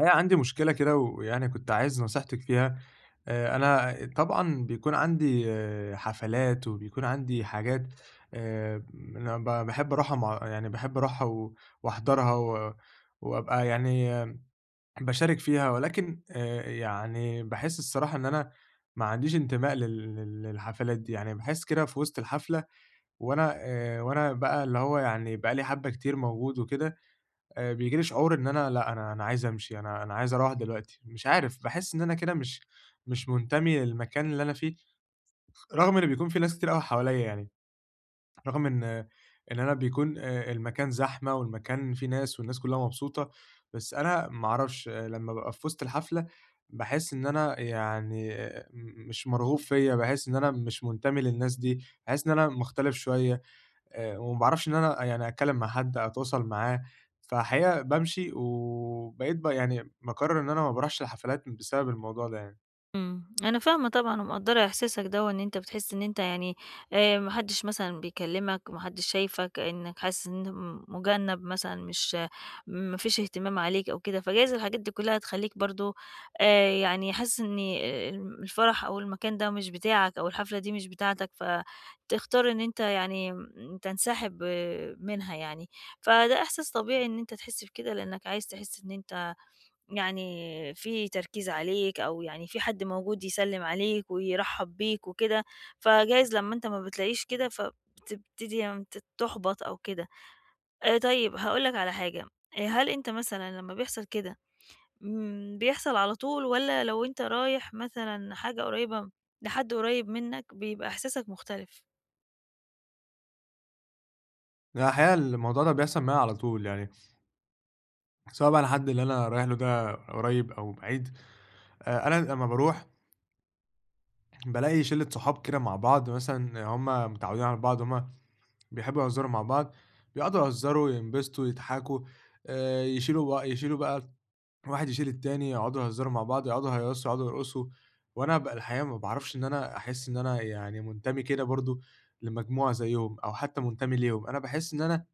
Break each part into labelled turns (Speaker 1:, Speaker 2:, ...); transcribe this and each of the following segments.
Speaker 1: الحقيقة عندي مشكلة كده ويعني كنت عايز نصيحتِك فيها، أنا طبعًا بيكون عندي حفلات وبيكون عندي حاجات أنا باحب أروحها يعني باحب أروحها وأحضرها وأبقى يعني باشارك فيها، ولكن يعني باحس الصراحة إن أنا ما عنديش انتماء لل لل للحفلات دي، يعني باحس كده في وسط الحفلة وأنا بقى اللي هو يعني بقى لي حبّة كتير موجود وكده بييجي لي شعور إن أنا لأ، أنا عايز أمشي، أنا عايز أروّح دلوقتي، مش عارف، باحس إن أنا كده مش منتمي للمكان اللي أنا فيه، رغم إن بيكون في ناس كتير أوي حواليّا يعني، رغم إن أنا بيكون المكان زحمة والمكان فيه ناس والناس كلّها مبسوطة، بس أنا ما أعرفش لمّا بابقى في وسط الحفلة باحس إن أنا يعني آه، م مش مرغوب فيّا، باحس إن أنا مش منتمي للناس دي، باحس إن أنا مختلف شوية. وما باعرفش إن أنا يعني أتكلّم مع حد أو أتواصل معاه، فالحقيقة بامشي وبقيت يعني باقرّر إن أنا ما باروحش الحفلات بسبب الموضوع ده يعني.
Speaker 2: أنا فاهمة طبعًا ومقدّرة إحساسك دوّة، إن أنت بتحس إن أنت يعني ما حدش مثلًا بيكلمك، ما حدش شايفك، إنك حاسس إن أنت مُجنّب مثلًا، مش ما فيش اهتمام عليك أو كده، فجايز الحاجات دي كلها تخلّيك برضه يعني حاسس إن الفرح أو المكان ده مش بتاعك أو الحفلة دي مش بتاعتك، فتختار إن أنت يعني تنسحب منها يعني، فده إحساس طبيعي إن أنت تحس بكده، لإنك عايز تحس إن أنت يعني في تركيز عليك أو يعني في حد موجود يسلِّم عليك ويرحّب بيك وكده، فجايز لمّا أنت ما بتلاقيش كده فبتبتدي م ت تُحبَط أو كده. طيب هاقول لك على حاجة، هل أنت مثلًا لمّا بيحصل كده بيحصل على طول والّا لو أنت رايح مثلًا حاجة قريّبة لحد قريّب منّك بيبقى إحساسك مختلف؟
Speaker 1: أنا الحقيقة الموضوع ده بيحصل معايا على طول يعني، سواء بقى الحد اللي أنا رايح له ده قريب أو بعيد، أنا لمّا باروح بالاقي شِلّة صحاب كده مع بعض مثلًا هم متعودين على بعض، هم بيحبّوا يهزروا مع بعض، بيقعدوا يهزروا، ينبسطوا، يضحكوا، يشيلوا بقى واحد يشيل التاني، يقعدوا يهزروا مع بعض، يقعدوا يهيّصوا، يقعدوا يرقصوا، وأنا الحقيقة ما باعرفش إن أنا أحس إن أنا يعني منتمي كده برضه لمجموعة زيّهم أو حتى منتمي ليهم، أنا باحس إن أنا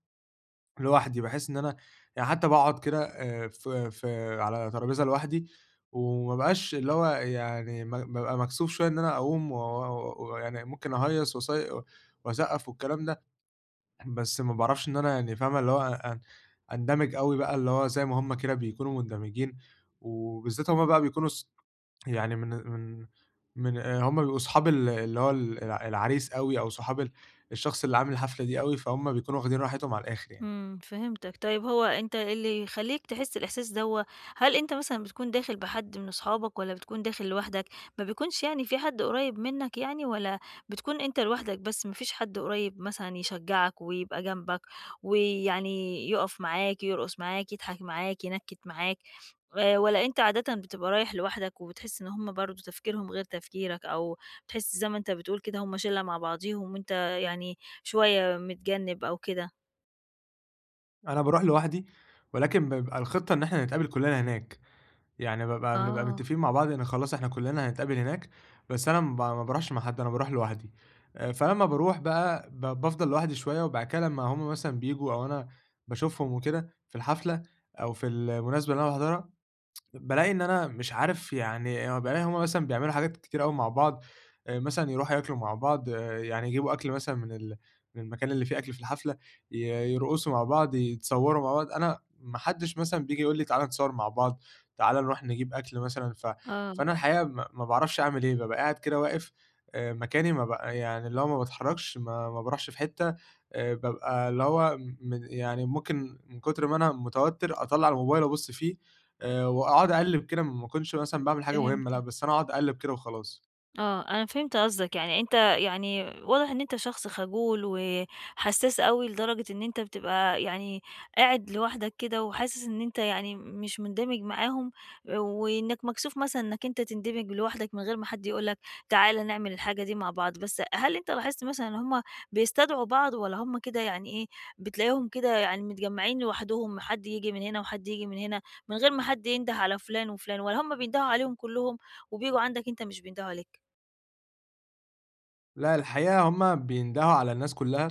Speaker 1: لوحدي، باحس إن أنا يعني حتى باقعد كده في في على ترابيزة لوحدي، وما بابقاش اللي هو يعني بابقى مكسوف شوية إن أنا أقوم و و ويعني ممكن أهيّص وأسقّف والكلام ده. بس ما باعرفش إن أنا يعني فاهمة، اللي هو أن أندمج أوي بقى، اللي هو زي ما هُم كده بيكونوا مندمجين، وبالذات هُم بقى بيكونوا ص يعني من هُم بيبقوا صحاب اللي هو ال الع العريس أوي أو صحاب الشخص اللي عامل الحفلة دي أوي، فهُم بيكونوا واخدين راحتهم على الآخر يعني.
Speaker 2: فهمتك. طيب هو أنت اللي يخلّيك تحس الإحساس دوّة، هل أنت مثلًا بتكون داخل بحد من أصحابك والّا بتكون داخل لوحدك؟ ما بيكونش يعني في حد قريب منّك يعني والّا بتكون أنت لوحدك بس ما فيش حد قريب مثلًا يشجّعك ويبقى جنبك ويعني يُقف معاك، يرقص معاك، يضحك معاك، ينكِّت معاك والّا أنت عادةً بتبقى رايح لوحدك وبتحس إن هم برضه تفكيرهم غير تفكيرك أو بتحس زي ما أنت بتقول كده هم شِلّة مع بعضيهم وأنت يعني شوية متجنِّب أو كده؟
Speaker 1: أنا باروح لوحدي، ولكن بيبقى الخطة إن إحنا نتقابل كلنا هناك. يعني بنبقى
Speaker 2: آه.
Speaker 1: متفقين مع بعض إن خلاص إحنا كُلّنا هنتقابل هناك، بس أنا ما باروحش مع حد، أنا باروح لوحدي. فلمّا باروح بقى بافضل لوحدي شوية، وبعد كده لمّا هُم مثلًا بييجوا أو أنا باشوفهم وكده في الحفلة أو في المناسبة اللي أنا باحضرها، بالاقي إن أنا مش عارف يعني بالاقي هُم مثلًا بيعملوا حاجات كتير أوي مع بعض، مثلًا يروحوا ياكلوا مع بعض، يعني يجيبوا أكل مثلًا من المكان اللي فيه أكل في الحفلة، ي يرقصوا مع بعض، يتصوروا مع بعض، أنا ما حدش مثلًا بييجي يقول لي تعالَ نتصور مع بعض، تعالَ نروح نجيب أكل مثلًا،
Speaker 2: آه،
Speaker 1: فأنا الحقيقة ما ما باعرفش أعمل إيه، بابقى قاعد كده واقف مكاني ما ب يعني اللي هو ما باتحركش، ما ما باروحش في حتة، بابقى اللي هو يعني ممكن من كتر ما أنا متوتر أطلّع الموبايل أبُص فيه وأقعد أقلِّب كده ما كنتش مثلًا باعمل حاجة مهمة
Speaker 2: فهمت.
Speaker 1: لأ، بس أنا أقعد أقلِّب كده وخلاص.
Speaker 2: آه، أنا فهمت قصدك، يعني أنت يعني واضح إن أنت شخص خجول وحسّاس أوي لدرجة إن أنت بتبقى يعني قاعد لوحدك كده وحاسس إن أنت يعني مش مندمج معاهم، وإنك مكسوف مثلًا إنك أنت تندمج لوحدك من غير ما حد يقول لك تعال نعمل الحاجة دي مع بعض، بس هل أنت لاحظت مثلًا إن هم بيستدعوا بعض والّا هم كده يعني إيه، بتلاقيهم كده يعني متجمّعين لوحدهم حد ييجي من هنا وحد ييجي من هنا، من غير ما حد ينده على فلان وفلان، والّا هم بيندهوا عليهم كلّهم وبييجوا عندك أنت مش بيندهوا عليك؟
Speaker 1: لأ، الحقيقة هُم بيندهوا على الناس كلّها،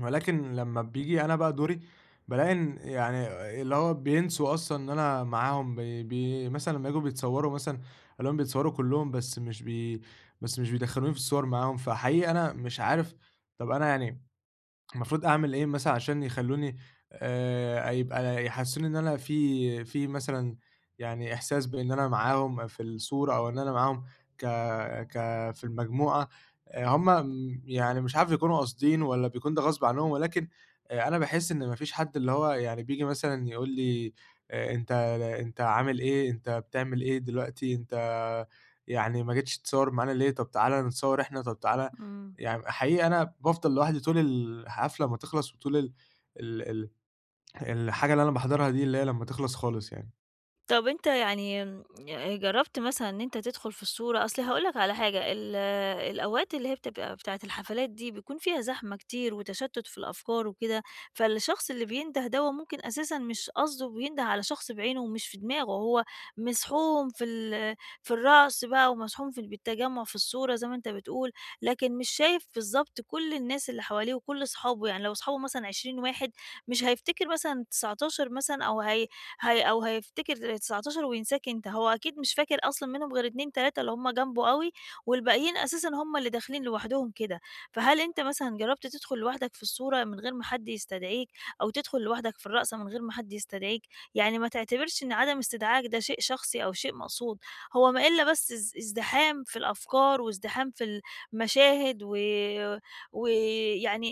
Speaker 1: ولكن لمّا بييجي أنا بقى دوري، بالاقي إن يعني اللي هو بينسوا أصلًا إن أنا معاهم، بي بي مثلًا لمّا ييجوا بيتصوّروا مثلًا، ألاقيهم بيتصوّروا كلّهم بس مش بيدخّلوني في الصور معاهم، فحقيقي أنا مش عارف طَب أنا يعني المفروض أعمل إيه مثلًا عشان يخلّوني يبقى يحسّسوني إن أنا في في مثلًا يعني إحساس بإن أنا معاهم في الصورة أو إن أنا معاهم ك ك في المجموعة، هم يعني مش عارف يكونوا قاصدين والّا بيكون ده غصب عنهم، ولكن أنا باحس إن ما فيش حد اللي هو يعني بييجي مثلًا يقول لي آآ أنت أنت عامل إيه، أنت بتعمل إيه دلوقتي، أنت يعني ما جيتش تتصوّر معانا ليه، طَب تعالَ نتصوّر إحنا، طَب تعالَ
Speaker 2: إمم.
Speaker 1: يعني حقيقي أنا بافضل لوحدي طول الحفلة ما تخلص، وطول ال ال ال الحاجة اللي أنا باحضرها دي، اللي هي لمّا تخلص خالص يعني.
Speaker 2: طب أنت يعني جرّبت مثلًا إن أنت تدخل في الصورة؟ أصل هاقول لك على حاجة، الأوقات اللي هي بتبقى بتاعة الحفلات دي بيكون فيها زحمة كتير وتشتُّت في الأفكار وكده، فالشخص اللي بينده دوّة ممكن أساسًا مش قصده بينده على شخص بعينه ومش في دماغه، هو مسحوم في الرقص بقى ومسحوم في بالتجمُّع في الصورة زي ما أنت بتقول، لكن مش شايف بالضبط كل الناس اللي حواليه وكل صحابه، يعني لو صحابه مثلًا 20 واحد مش هيفتكر مثلًا 19 مثلًا أو هي أو هيفتكر 19 وينساك أنت، هو أكيد مش فاكر أصلًا منهم غير 2، 3 اللي هُم جنبه أوي، والباقيين أساسًا هُم اللي داخلين لوحدهم كده، فهل أنت مثلًا جرّبت تدخل لوحدك في الصورة من غير ما حد يستدعيك، أو تدخل لوحدك في الرقصة من غير ما حد يستدعيك؟ يعني ما تعتبرش إن عدم استدعائك ده شيء شخصي أو شيء مقصود، هو ما إلا بس ازدحام في الأفكار وازدحام في المشاهد ويعني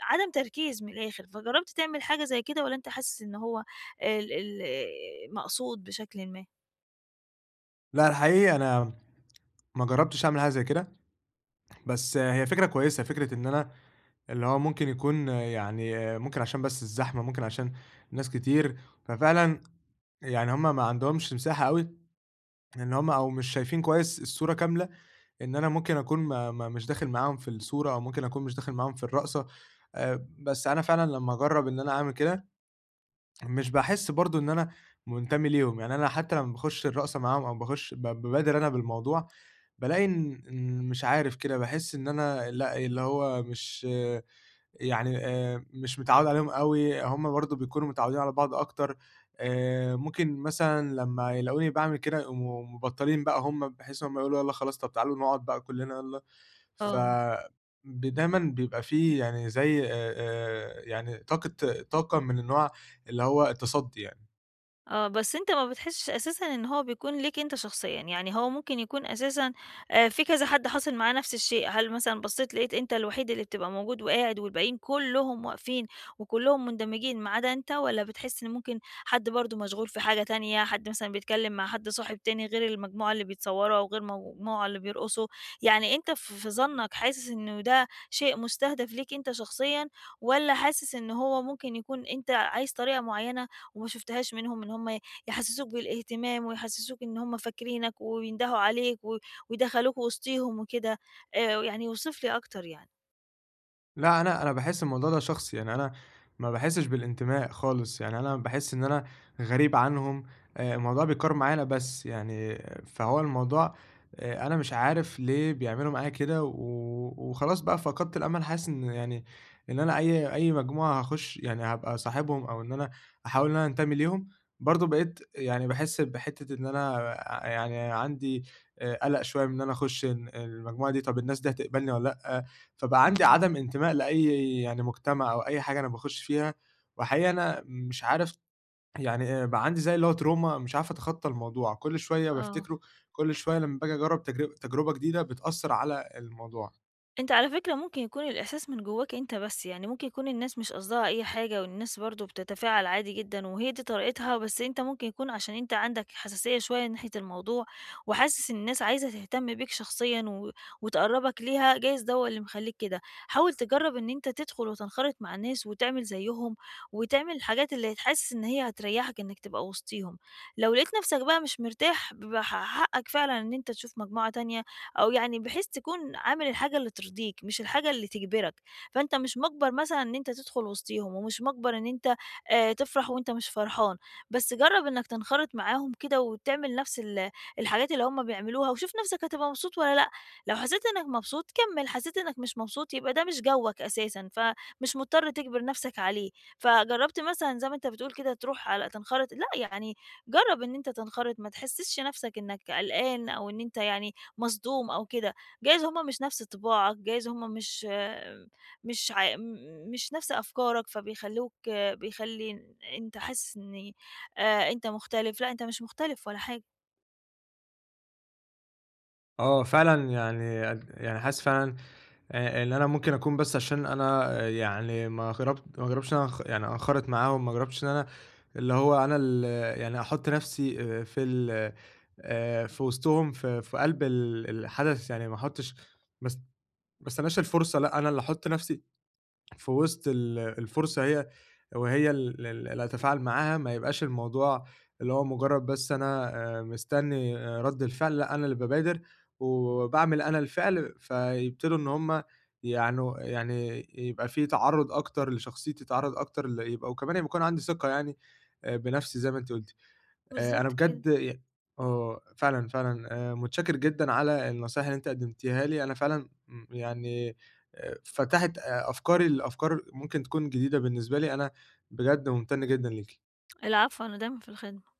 Speaker 2: عدم تركيز من الآخر، فجرّبت تعمل حاجة زي كده والّا أنت حاسس إن هو ال ال مقصود بشكلٍ ما.
Speaker 1: لأ، الحقيقي أنا ما جرّبتش أعمل حاجة زي كده، بس هي فكرة كويسة، فكرة إن أنا اللي هو ممكن يكون يعني ممكن عشان بس الزحمة، ممكن عشان الناس كتير، ففعلًا يعني هم ما عندهمش مساحة أوي إن هم أو مش شايفين كويس الصورة كاملة، إن أنا ممكن أكون ما ما مش داخل معاهم في الصورة، أو ممكن أكون مش داخل معاهم في الرقصة، بس أنا فعلًا لمّا أجرّب إن أنا أعمل كده مش باحس برضه إن أنا منتمي ليهم، يعني أنا حتى لمّا باخش الرقصة معاهم أو باخش بابادر أنا بالموضوع، بالاقي إن مش عارف كده، باحس إن أنا لأ، اللي هو مش يعني مش متعوّد عليهم أوي، هم برضه بيكونوا متعوّدين على بعض أكتر، ممكن مثلًا لمّا يلاقوني باعمل كده يقوموا مبطّلين بقى هم، بحيث إن هم يقولوا يالّا خلاص طَب تعالوا نقعد بقى كُلّنا يالّا. ف
Speaker 2: آه.
Speaker 1: ب دايمًا بيبقى في يعني زي يعني طاقة طاقة من النوع اللي هو التصدّي يعني.
Speaker 2: آه، بس أنت ما بتحسّش أساسًا إن هو بيكون ليك أنت شخصيًا، يعني هو ممكن يكون أساسًا في كذا حد حاصل معاه نفس الشيء، هل مثلًا بصّيت لقيت أنت الوحيد اللي بتبقى موجود وقاعد والباقيين كلّهم واقفين وكلّهم مندمجين ما عدا أنت، والّا بتحس إن ممكن حد برضه مشغول في حاجة تانية، حد مثلًا بيتكلّم مع حد صاحب تاني غير المجموعة اللي بيتصوروا أو غير المجموعة اللي بيرقصوا، يعني أنت في ظنّك حاسس إنه ده شيء مستهدف ليك أنت شخصيًا، والّا حاسس إن هو ممكن يكون أنت عايز طريقة معيّنة وما شُفتهاش منهم إن هم يحسّسوك بالاهتمام ويحسّسوك إن هم فاكرينك وبيندهوا عليك ويدخّلوك وسطيهم وكده، يعني اوصف لي أكتر يعني.
Speaker 1: لأ، أنا باحس الموضوع ده شخصي، يعني أنا ما باحسّش بالانتماء خالص، يعني أنا باحس إن أنا غريب عنهم، الموضوع بيتكرر معايا أنا بس يعني، فهو الموضوع أنا مش عارف ليه بيعملوا معايا كده، وخلاص بقى فقدت الأمل، حاسس إن يعني إن أنا أي مجموعة هاخش يعني هابقى صاحبهم أو إن أنا أحاول إن أنا أنتمي ليهم، برضه بقيت يعني باحس بحتّة إن أنا يعني عندي قلق شوية من إن أنا أخش المجموعة دي، طَب الناس دي هتقبلني والّا لأ؟ فبقى عندي
Speaker 2: إمم.
Speaker 1: عدم انتماء لأي يعني مجتمع أو أي حاجة أنا باخش فيها، وحقيقي أنا مش عارف يعني بقى عندي زي اللي هو تروما مش عارف أتخطى الموضوع، كل شوية
Speaker 2: آه.
Speaker 1: بافتكره، كل شوية لمّا باجي أجرّب تجربة جديدة بتأثّر على الموضوع.
Speaker 2: أنت على فكرة ممكن يكون الإحساس من جواك أنت بس، يعني ممكن يكون الناس مش قصدها أي حاجة، والناس برضه بتتفاعل عادي جدًا، وهي دي طريقتها، بس أنت ممكن يكون عشان أنت عندك حساسية شوية ناحية الموضوع، وحاسس إن الناس عايزة تهتم بيك شخصيًا وتقرّبك ليها، جايز ده هو اللي مخلّيك كده. حاول تجرّب إن أنت تدخل وتنخرط مع الناس وتعمل زيّهم، وتعمل الحاجات اللي هتحسس إن هي هتريّحك إنك تبقى وسطيهم. لو لقيت نفسك بقى مش مرتاح، بيبقى حقك فعلًا إن أنت تشوف مجموعة تانية أو يعني بحيث تكون عامل الحاجة اللي ترضيك مش الحاجة اللي تجبرك، فأنت مش مجبر مثلًا إن أنت تدخل وسطيهم، ومش مجبر إن أنت تفرح وأنت مش فرحان، بس جرّب إنك تنخرط معاهم كده وتعمل نفس الحاجات اللي هم بيعملوها، وشوف نفسك هتبقى مبسوط والّا لأ، لو حسيت إنك مبسوط كمّل، حسيت إنك مش مبسوط يبقى ده مش جوّك أساسًا، فمش مضطر تجبر نفسك عليه، فجرّبت مثلًا زي ما أنت بتقول كده تروح على تنخرط لأ يعني جرّب إن أنت تنخرط ما تحسسش نفسك إنك قلقان أو إن أنت يعني مصدوم أو كده، جايز هُم مش نفس طباعك، جايز هُم مش ع مش نفس أفكارك، بيخلّي أنت حاسس إن أنت مختلف، لأ أنت مش مختلف ولا حاجة.
Speaker 1: آه فعلًا يعني قد يعني حاسس فعلًا اللي أنا ممكن أكون بس عشان أنا يعني ما جربتش إن أنا يعني أنخرط معاهم، ما جربتش إن أنا اللي هو أنا يعني أحط نفسي في وسطهم في في قلب الحدث، يعني ما أحطش ما است ما استناش الفرصة، لأ، أنا اللي أحط نفسي في وسط الفرصة هي وهي ال ال اللي هاتفاعل معاها، ما يبقاش الموضوع اللي هو مجرد بس أنا مستني رد الفعل، لأ أنا اللي بابادر وباعمل أنا الفعل، فيبتدوا إن هم يعنوا يعني يبقى في تعرُّض أكتر لشخصيتي، تعرُّض أكتر يبقى وكمان يكون عندي ثقة يعني بنفسي زي ما أنتِ قُلتِ. أنا
Speaker 2: بالضبط كده.
Speaker 1: بجد ي آه، فعلًا، فعلًا متشكر جدًا على النصايح اللي أنت قدّمتيها لي، أنا فعلًا يعني فتحت أفكاري لأفكار ممكن تكون جديدة بالنسبة لي، أنا بجد ممتن جدًا ليكِ.
Speaker 2: العفو، أنا دايمًا في الخدمة.